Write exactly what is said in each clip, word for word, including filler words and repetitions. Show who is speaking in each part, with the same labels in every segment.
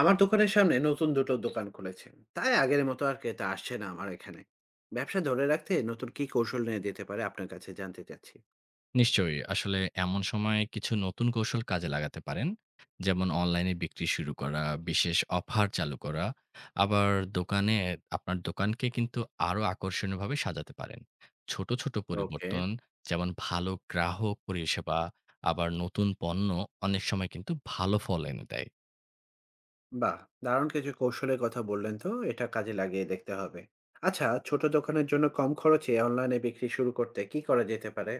Speaker 1: আমার দোকানের সামনে নতুন দুটো দোকান খুলেছে, তাই আগের মতো আর ক্রেতা আসছে না আমার এখানে। ব্যবসা ধরে রাখতে নতুন কি কৌশল নিয়ে দিতে পারে আপনার কাছে জানতে চাচ্ছি।
Speaker 2: নিশ্চয়ই। আসলে এমন সময় কিছু নতুন কৌশল কাজে লাগাতে পারেন। যেমন অনলাইনে বিক্রি শুরু করা, বিশেষ অফার চালু করা। আবার দোকানে আপনার দোকানকে কিন্তু আরো আকর্ষণীয়ভাবে সাজাতে পারেন। ছোট, ছোট
Speaker 1: ওকে।
Speaker 2: পরিবর্তন যেমন ভালো গ্রাহক পরিষেবা, আবার নতুন পণ্য অনেক সময় কিন্তু ভালো ফল এনে দেয়।
Speaker 1: বাহ, দারুণ কিছু কৌশলের কথা বললেন তো, এটা কাজে লাগিয়ে দেখতে হবে। আচ্ছা, ছোট দোকানের জন্য কম খরচে অনলাইনে বিক্রি শুরু করতে কি করা যেতে পারে?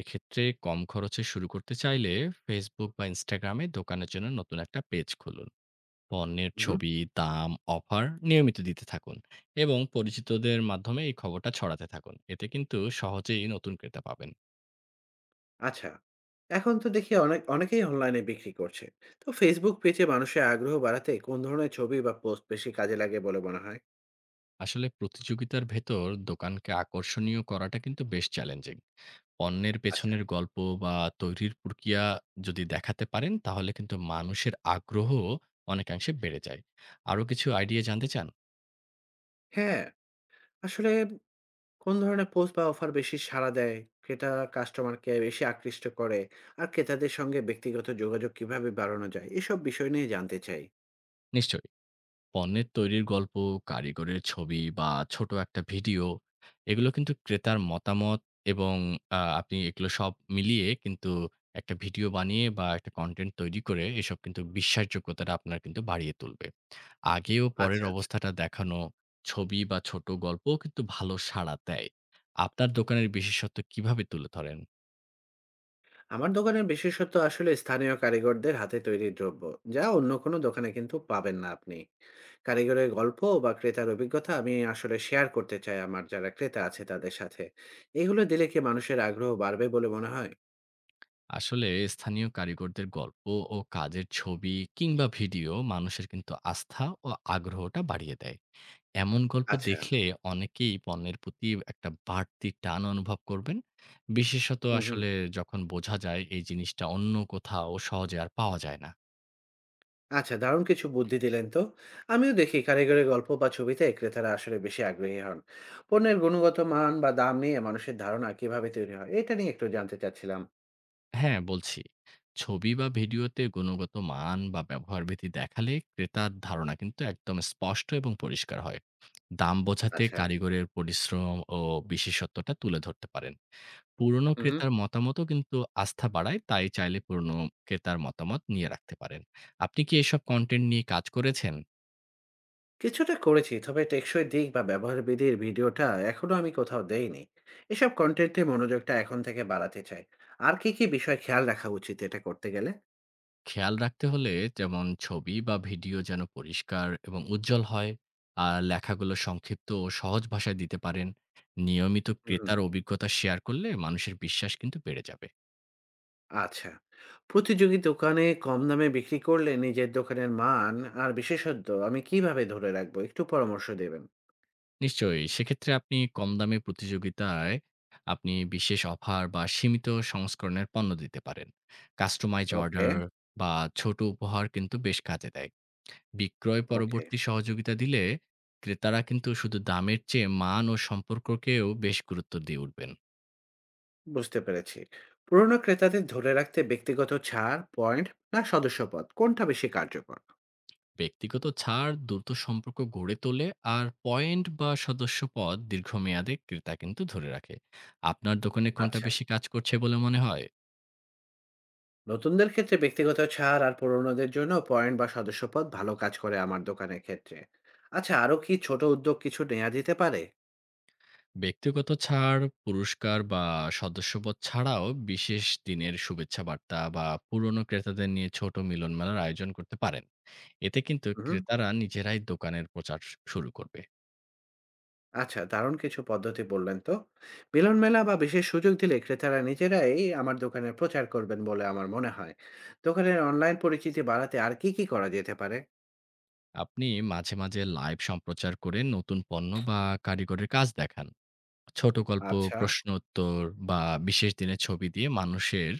Speaker 2: এক্ষেত্রে কম খরচে শুরু করতে চাইলে Facebook বা Instagram এ দোকানের জন্য নতুন একটা পেজ খুলুন। পণ্যের
Speaker 1: হুম।
Speaker 2: ছবি, দাম, অফার নিয়মিত দিতে থাকুন এবং পরিচিতদের মাধ্যমে এই খবরটা ছড়াতে থাকুন। এতে কিন্তু সহজেই নতুন ক্রেতা পাবেন।
Speaker 1: আচ্ছা, এখন তো দেখি অনেক অনেকেই অনলাইনে বিক্রি করছে, তো ফেসবুক পেজে মানুষের আগ্রহ বাড়াতে কোন ধরনের ছবি বা পোস্ট বেশি কাজে লাগে বলে মনে হয়?
Speaker 2: আসলে প্রতিযোগিতার ভেতর দোকানকে আকর্ষণীয় করাটা কিন্তু বেশ চ্যালেঞ্জিং। পণ্যের
Speaker 1: আচ্ছা।
Speaker 2: পেছনের গল্প বা তৈরির প্রক্রিয়া যদি দেখাতে পারেন তাহলে কিন্তু মানুষের আগ্রহ অনেকাংশে বেড়ে যায়। আরো কিছু আইডিয়া জানতে চান?
Speaker 1: হ্যাঁ। আসলে কোন ধরনের পোস্ট বা অফার বেশি সাড়া দেয়? ক্রেতা কাস্টমারকে বেশি আকৃষ্ট করে? আর ক্রেতাদের সঙ্গে ব্যক্তিগত যোগাযোগ কিভাবে বাড়ানো যায়? এসব বিষয় নিয়ে জানতে চাই।
Speaker 2: নিশ্চয়ই। পণ্যের তৈরির গল্প, কারিগরের ছবি বা ছোট একটা ভিডিও এগুলো কিন্তু ক্রেতার মতামত এবং আ আপনি এগুলো সব মিলিয়ে কিন্তু একটা ভিডিও বানিয়ে বা একটা কনটেন্ট তৈরি করে এসব কিন্তু বিশ্বাসযোগ্যতাটা আপনার কিন্তু বাড়িয়ে তুলবে। আগে ও পরের
Speaker 1: আচ্ছা, আচ্ছা।
Speaker 2: অবস্থাটা দেখানো, ছবি বা ছোট গল্পও কিন্তু ভালো সাড়া দেয়। আপনার দোকানের বিশেষত্ব কিভাবে তুলে ধরেন?
Speaker 1: আমার দোকানের বিশেষত্ব আসলে স্থানীয় কারিগরদের হাতে তৈরি দ্রব্য, যা অন্য কোনো দোকানে কিন্তু পাবেন না আপনি। কারিগরের গল্প বা ক্রেতার অভিজ্ঞতা আমি আসলে শেয়ার করতে চাই আমার যারা ক্রেতা আছে তাদের সাথে। এগুলো দিলে কি মানুষের আগ্রহ বাড়বে বলে মনে হয়?
Speaker 2: আসলে স্থানীয় কারিগরদের গল্প ও কাজের ছবি কিংবা ভিডিও মানুষের কিন্তু আস্থা ও আগ্রহটা বাড়িয়ে দেয়। এমন গল্প
Speaker 1: আচ্ছা।
Speaker 2: দেখলে অনেকেই পণ্যের প্রতি একটা বাড়তি টান অনুভব করবেন। বিশেষত
Speaker 1: হু, হু।
Speaker 2: আসলে যখন বোঝা যায় এই জিনিসটা অন্য কোথাও সহজে আর পাওয়া যায় না।
Speaker 1: আচ্ছা, দারুণ কিছু বুদ্ধি দিলেন তো। আমিও দেখি কারিগরি গল্প বা ছবিতে ক্রেতারা আসলে বেশি আগ্রহী হন। পণ্যের গুণগত মান বা দাম নিয়ে মানুষের ধারণা কিভাবে তৈরি হয়, এটা নিয়ে একটু জানতে চাচ্ছিলাম।
Speaker 2: হ্যাঁ, বলছি। ছবি বা ভিডিওতে গুণগত মান বা ব্যবহারবিধি দেখালে ক্রেতার ধারণা কিন্তু একদম স্পষ্ট এবং পরিষ্কার হয়। দাম বোঝাতে
Speaker 1: আচ্ছা।
Speaker 2: কারিগরের পরিশ্রম ও বিশেষত্বটা তুলে ধরতে পারেন। পুরনো
Speaker 1: হুম, হুম।
Speaker 2: ক্রেতার মতামতও কিন্তু আস্থা বাড়ায়, তাই চাইলে পুরনো ক্রেতার মতামত নিয়ে রাখতে পারেন। আপনি কি এসব কনটেন্ট নিয়ে কাজ করেছেন?
Speaker 1: কিছুটা করেছি, তবে টেকসই দিক বা ব্যবহার বিধির ভিডিওটা এখনো আমি কোথাও দেইনি। এসব কন্টেন্টে মনোযোগটা এখন থেকে বাড়াতে চাই। আর কি কি বিষয় খেয়াল রাখা উচিত এটা করতে গেলে?
Speaker 2: খেয়াল রাখতে হলে যেমন ছবি বা ভিডিও যেন পরিষ্কার এবং উজ্জ্বল হয়, আর লেখাগুলো সংক্ষিপ্ত ও সহজ ভাষায় দিতে পারেন। নিয়মিত ক্রেতার অভিজ্ঞতা শেয়ার করলে মানুষের বিশ্বাস কিন্তু বেড়ে যাবে।
Speaker 1: আচ্ছা। প্রতিযোগী দোকানে কম দামে বিক্রি করলে নিজের দোকানের মান আর বিশেষত্ব আমি কিভাবে ধরে রাখবো? একটু পরামর্শ দেবেন।
Speaker 2: নিশ্চয়ই। সেক্ষেত্রে আপনি কম দামে প্রতিযোগিতায় আপনি বিশেষ অফার বা সীমিত সংস্করণের পণ্য দিতে পারেন। কাস্টমাইজ
Speaker 1: ওকে,
Speaker 2: অর্ডার বা ছোট উপহার কিন্তু বেশ কাজে দেয়। বিক্রয়
Speaker 1: ওকে।
Speaker 2: পরবর্তী সহযোগিতা দিলে ক্রেতারা কিন্তু শুধু দামের চেয়ে মান ও সম্পর্ককেও বেশ গুরুত্ব দিয়ে উঠবেন।
Speaker 1: বুঝতে পেরেছি। পুরোনো ক্রেতাদের ধরে রাখতে ব্যক্তিগত ছাড়, পয়েন্ট না সদস্যপদ, কোনটা বেশি কার্যকর?
Speaker 2: ব্যক্তিগত ছাড় দ্রুত সম্পর্ক গড়ে তোলে আর পয়েন্ট বা সদস্যপদ দীর্ঘমেয়াদে ক্রেতা কিন্তু ধরে রাখে। আপনার দোকানে কোনটা
Speaker 1: আচ্ছা।
Speaker 2: বেশি কাজ করছে বলে মনে হয়?
Speaker 1: নতুনদের ক্ষেত্রে ব্যক্তিগত ছাড় আর পুরোনোদের জন্য পয়েন্ট বা সদস্যপদ ভালো কাজ করে আমার দোকানের ক্ষেত্রে। আচ্ছা, আরো কি ছোট উদ্যোগ কিছু নেয়া যেতে পারে?
Speaker 2: ব্যক্তিগত ছাড়, পুরস্কার বা সদস্যপদ ছাড়াও বিশেষ দিনের শুভেচ্ছা বার্তা বা পুরনো ক্রেতাদের নিয়ে ছোট মিলন মেলার আয়োজন করতে পারেন। এতে কিন্তু
Speaker 1: উহু।
Speaker 2: ক্রেতারা নিজেরাই দোকানের প্রচার শু শুরু করবে।
Speaker 1: আচ্ছা, দারুণ কিছু পদ্ধতি বললেন তো। মিলন মেলা বা বিশেষ সুযোগ দিলে ক্রেতারা নিজেরাই আমার দোকানের প্রচার করবেন বলে আমার মনে হয়। দোকানের অনলাইন পরিচিতি বাড়াতে আর কি কি করা যেতে পারে?
Speaker 2: আপনি মাঝে, মাঝে লাইভ সম্প্রচার করে নতুন পণ্য বা কারিগরের কাজ দেখান। ছোট গল্প,
Speaker 1: আচ্ছা।
Speaker 2: প্রশ্ন উত্তর বা বিশেষ দিনের ছবি দিয়ে মানুষের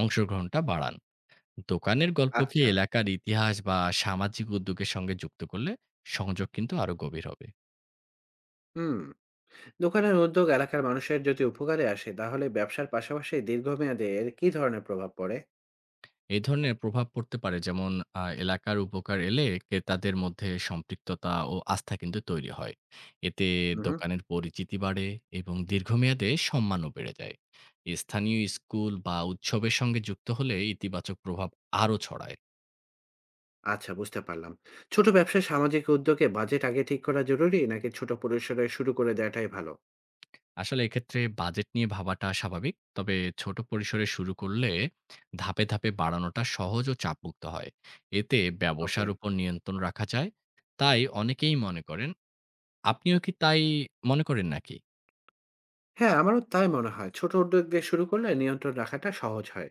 Speaker 2: অংশগ্রহণটা বাড়ান। দোকানের গল্পকে
Speaker 1: আচ্ছা।
Speaker 2: এলাকার ইতিহাস বা সামাজিক উদ্যোগের সঙ্গে যুক্ত করলে সংযোগ কিন্তু আরো গভীর হবে।
Speaker 1: হুম। দোকানের উদ্যোগ এলাকার মানুষের যদি উপকারে আসে, তাহলে ব্যবসার পাশাপাশি দীর্ঘমেয়াদে এর কি ধরনের প্রভাব পড়ে?
Speaker 2: এই ধরনের প্রভাব পড়তে পারে যেমন আ এলাকার উপকার এলে ক্রেতাদের মধ্যে সম্পৃক্ততা ও আস্থা কিন্তু তৈরি হয়। এতে
Speaker 1: হুম।
Speaker 2: দোকানের পরিচিতি বাড়ে এবং দীর্ঘমেয়াদে সম্মানও বেড়ে যায়। স্থানীয় স্কুল বা উৎসবের সঙ্গে যুক্ত হলে ইতিবাচক প্রভাব আরও ছড়ায়।
Speaker 1: আচ্ছা, বুঝতে পারলাম। ছোট ব্যবসা সামাজিক উদ্যোগে বাজেট আগে ঠিক করা জরুরি, নাকি ছোট পরিসরে শুরু করে দেওয়াটাই ভালো?
Speaker 2: আসলে এক্ষেত্রে বাজেট নিয়ে ভাবাটা স্বাভাবিক। তবে ছোট পরিসরে শুরু করলে ধাপে, ধাপে বাড়ানোটা সহজ ও চাপমুক্ত হয়। এতে
Speaker 1: ওকে।
Speaker 2: ব্যবসার উপর নিয়ন্ত্রণ রাখা যায়। তাই অনেকেই মনে করেন আপনিও কি তাই মনে করেন নাকি?
Speaker 1: হ্যাঁ, আমারও তাই মনে হয়। ছোট উদ্যোগ দিয়ে শুরু করলে নিয়ন্ত্রণ রাখাটা সহজ হয়।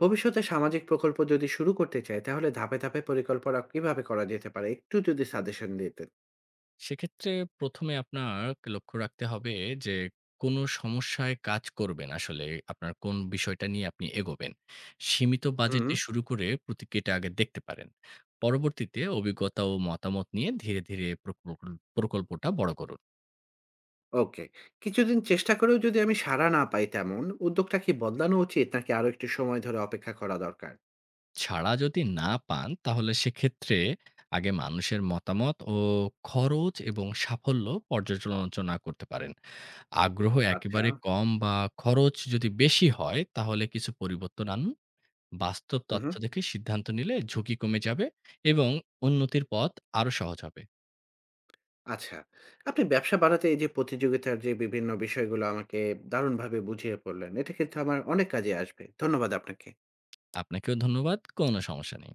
Speaker 1: ভবিষ্যতে সামাজিক প্রকল্প যদি শুরু করতে চাই, তাহলে ধাপে, ধাপে পরিকল্পনা কিভাবে করা যেতে পারে? একটু যদি সাজেশন দিতেন।
Speaker 2: সেক্ষেত্রে প্রথম এ আপনার লক্ষ্য রাখতে হবে যে, কোন সমস্যায় কাজ করবেন আসলে আপনার কোন বিষয়টা নিয়ে আপনি এগোবেন। সীমিত
Speaker 1: হুম,
Speaker 2: বাজেটে শুরু করে প্রতিক্রিয়াটা আগে দেখতে পারেন। পরবর্তীতে অভিজ্ঞতা ও মতামত নিয়ে ধীরে, ধীরে প্রকল্প প্রকল্পটা বড় করুন।
Speaker 1: ওকে। কিছুদিন চেষ্টা করেও যদি আমি সাড়া না পাই তেমন, উদ্যোগটা কি বদলানো উচিত নাকি আরো একটু সময় ধরে অপেক্ষা করা দরকার?
Speaker 2: ছাড়া যদি না পান তাহলে সেক্ষেত্রে আগে মানুষের মতামত ও খরচ এবং সাফল্য পর্যালোচনা করতে পারেন। আগ্রহ
Speaker 1: আচ্ছা।
Speaker 2: একেবারে কম বা খরচ যদি বেশি হয়, তাহলে কিছু পরিবর্তন আনুন। বাস্তব
Speaker 1: হু, হু।
Speaker 2: তথ্য দেখে সিদ্ধান্ত নিলে ঝুঁকি কমে যাবে এবং উন্নতির পথ আরো সহজ হবে।
Speaker 1: আচ্ছা। আপনি ব্যবসা বাড়াতে এই যে প্রতিযোগিতার যে বিভিন্ন বিষয়গুলো আমাকে দারুণভাবে বুঝিয়ে বললেন, এটা কিন্তু আমার অনেক কাজে আসবে। ধন্যবাদ আপনাকে।
Speaker 2: আপনাকেও ধন্যবাদ। কোনো সমস্যা নেই।